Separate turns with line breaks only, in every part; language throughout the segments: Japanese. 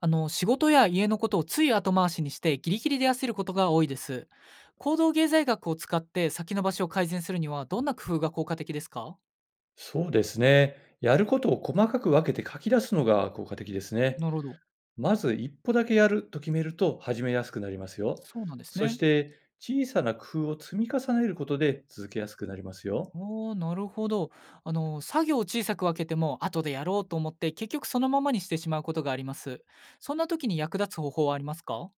仕事や家のことをつい後回しにしてギリギリで焦ることが多いです。行動経済学を使って先延ばしを改善するにはどんな工夫が効果的ですか？
そうですね。やることを細かく分けて書き出すのが効果的ですね。
なるほど。
まず一歩だけやると決めると始めやすくなりますよ。
そうなんです
そし
ね。
て小さな工夫を積み重ねることで続けやすくなりますよ。
おー、なるほど。作業を小さく分けても後でやろうと思って結局そのままにしてしまうことがあります。そんな時に役立つ方法はありますか？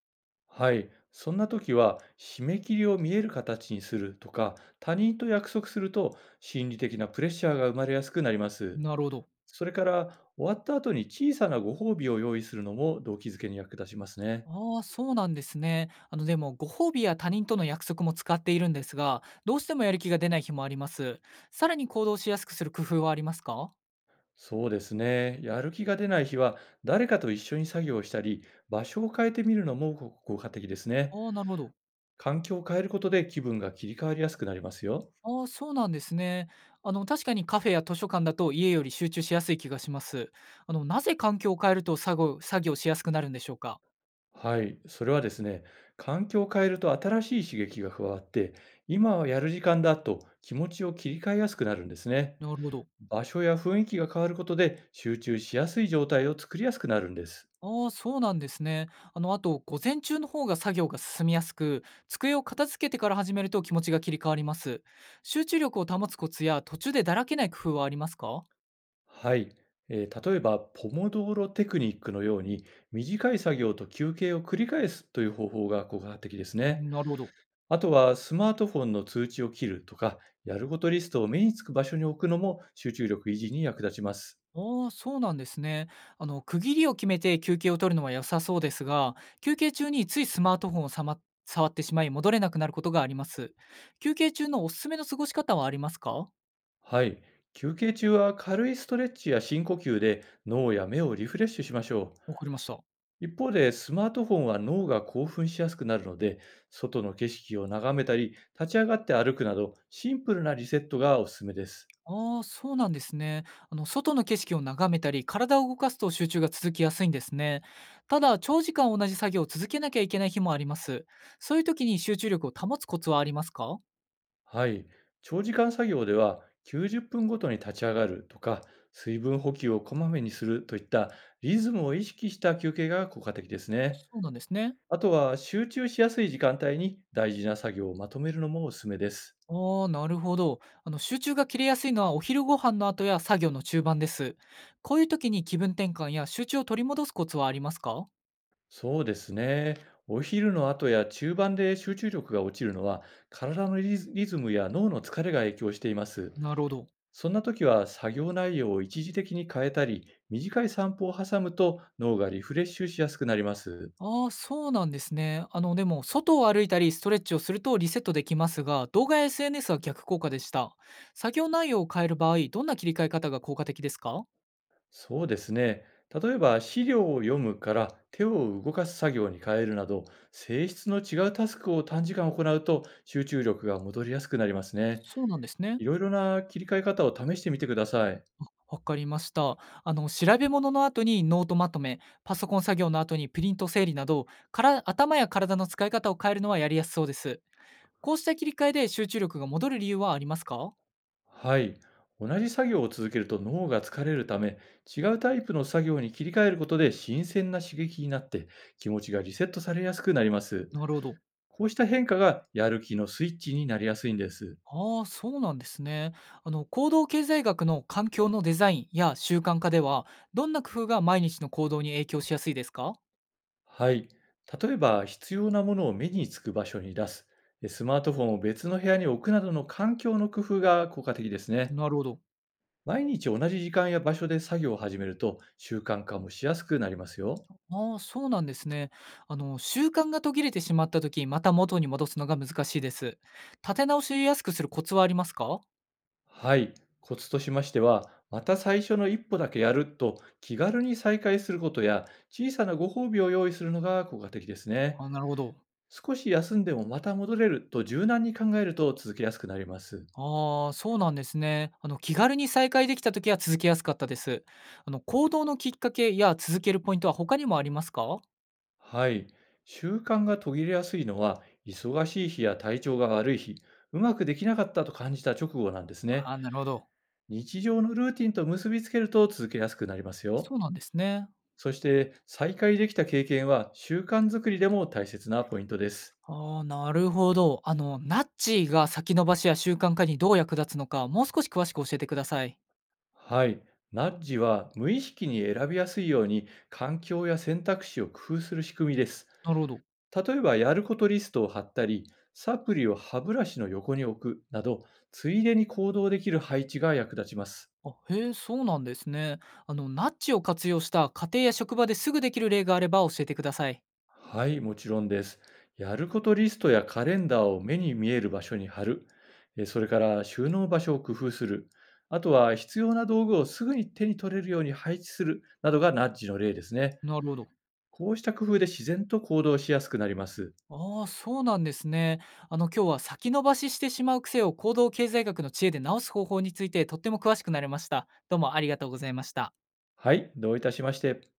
はい。そんな時は締め切りを見える形にするとか、他人と約束すると心理的なプレッシャーが生まれやすくなります。
なるほど。
それから、終わった後に小さなご褒美を用意するのも動機づけに役立ちますね。
ああ、そうなんですね。でも、ご褒美や他人との約束も使っているんですが、どうしてもやる気が出ない日もあります。さらに行動しやすくする工夫はありますか？
そうですね。やる気が出ない日は、誰かと一緒に作業をしたり、場所を変えてみるのもご効果的ですね。
ああ、なるほど。
環境を変えることで気分が切り替わりやすくなりますよ。
ああ、そうなんですね。確かにカフェや図書館だと家より集中しやすい気がします。なぜ環境を変えると作業しやすくなるんでしょうか？
はい。それはですね、環境を変えると新しい刺激が加わって、今はやる時間だと気持ちを切り替えやすくなるんですね。
なるほど。
場所や雰囲気が変わることで集中しやすい状態を作りやすくなるんです。
ああ、そうなんですね。あと、午前中の方が作業が進みやすく、机を片付けてから始めると気持ちが切り替わります。集中力を保つコツや途中でだらけない工夫はありますか？
はい、例えばポモドーロテクニックのように、短い作業と休憩を繰り返すという方法が効果的ですね。
なるほど。
あとは、スマートフォンの通知を切るとか、やることリストを目につく場所に置くのも集中力維持に役立ちます。
ああ、そうなんですね。区切りを決めて休憩を取るのは良さそうですが、休憩中についスマートフォンを触ってしまい戻れなくなることがあります。休憩中のおすすめの過ごし方はありますか？
はい、休憩中は軽いストレッチや深呼吸で脳や目をリフレッシュしましょ
わかりました。
う。一方で、スマートフォンは脳が興奮しやすくなるので、外の景色を眺めたり、立ち上がって歩くなど、シンプルなリセットがおすすめです。
ああ、そうなんですね。外の景色を眺めたり、体を動かすと集中が続きやすいんですね。ただ、長時間同じ作業を続けなきゃいけない日もあります。そういう時に集中力を保つコツはありますか？
はい。長時間作業では90分ごとに立ち上がるとか、水分補給をこまめにするといった、リズムを意識した休憩が効果的ですね。
そうなんですね。
あとは、集中しやすい時間帯に大事な作業をまとめるのもおすすめです。
ああ、なるほど。集中が切れやすいのはお昼ご飯の後や作業の中盤です。こういう時に気分転換や集中を取り戻すコツはありますか？
そうですね。お昼の後や中盤で集中力が落ちるのは、体のリズムや脳の疲れが影響しています。
なるほど。
そんな時は、作業内容を一時的に変えたり、短い散歩を挟むと脳がリフレッシュしやすくなります。
ああ、そうなんですね。でも、外を歩いたりストレッチをするとリセットできますが、動画や SNS は逆効果でした。作業内容を変える場合、どんな切り替え方が効果的ですか？
そうですね。例えば、資料を読むから手を動かす作業に変えるなど、性質の違うタスクを短時間行うと集中力が戻りやすくなりますね。
そうなんですね。
いろいろな切り替え方を試してみてください。
わかりました。調べ物の後にノートまとめ、パソコン作業の後にプリント整理など、から頭や体の使い方を変えるのはやりやすそうです。こうした切り替えで集中力が戻る理由はありますか？
はい。同じ作業を続けると脳が疲れるため、違うタイプの作業に切り替えることで新鮮な刺激になって、気持ちがリセットされやすくなります。
なるほど。
こうした変化がやる気のスイッチになりやすいんです。
ああ、そうなんですね。行動経済学の環境のデザインや習慣化では、どんな工夫が毎日の行動に影響しやすいですか？
はい。例えば、必要なものを目につく場所に出す、スマートフォンを別の部屋に置くなどの環境の工夫が効果的ですね。
なるほど。
毎日同じ時間や場所で作業を始めると習慣化もしやすくなりますよ。
ああ、そうなんですね。習慣が途切れてしまった時また元に戻すのが難しいです。立て直しやすくするコツはありますか？
はい。コツとしましては、また最初の一歩だけやると気軽に再開することや、小さなご褒美を用意するのが効果的ですね。
あなるほど。
少し休んでもまた戻れると柔軟に考えると続けやすくなります。
ああ、そうなんですね。気軽に再開できた時は続けやすかったです。行動のきっかけや続けるポイントは他にもありますか？
はい。習慣が途切れやすいのは、忙しい日や体調が悪い日、うまくできなかったと感じた直後なんですね。
ああなるほど。
日常のルーティンと結びつけると続けやすくなりますよ。
そうなんですね。
そして、再開できた経験は習慣づくりでも大切なポイントです。
ああ、なるほど。ナッジが先延ばしや習慣化にどう役立つのか、もう少し詳しく教えてください。
はい。ナッジは無意識に選びやすいように環境や選択肢を工夫する仕組みです。
なるほど。
例えば、やることリストを貼ったり、サプリを歯ブラシの横に置くなど、ついでに行動できる配置が役立ちます。
あ、へえ、そうなんですね。ナッジを活用した家庭や職場ですぐできる例があれば教えてください。
はい、もちろんです。やることリストやカレンダーを目に見える場所に貼る。それから、収納場所を工夫する。あとは、必要な道具をすぐに手に取れるように配置するなどがナッジの例ですね。
なるほど。
こうした工夫で自然と行動しやすくなります。
ああ、そうなんですね。今日は先延ばししてしまう癖を行動経済学の知恵で直す方法についてとっても詳しくなれました。どうもありがとうございました。
はい、どういたしまして。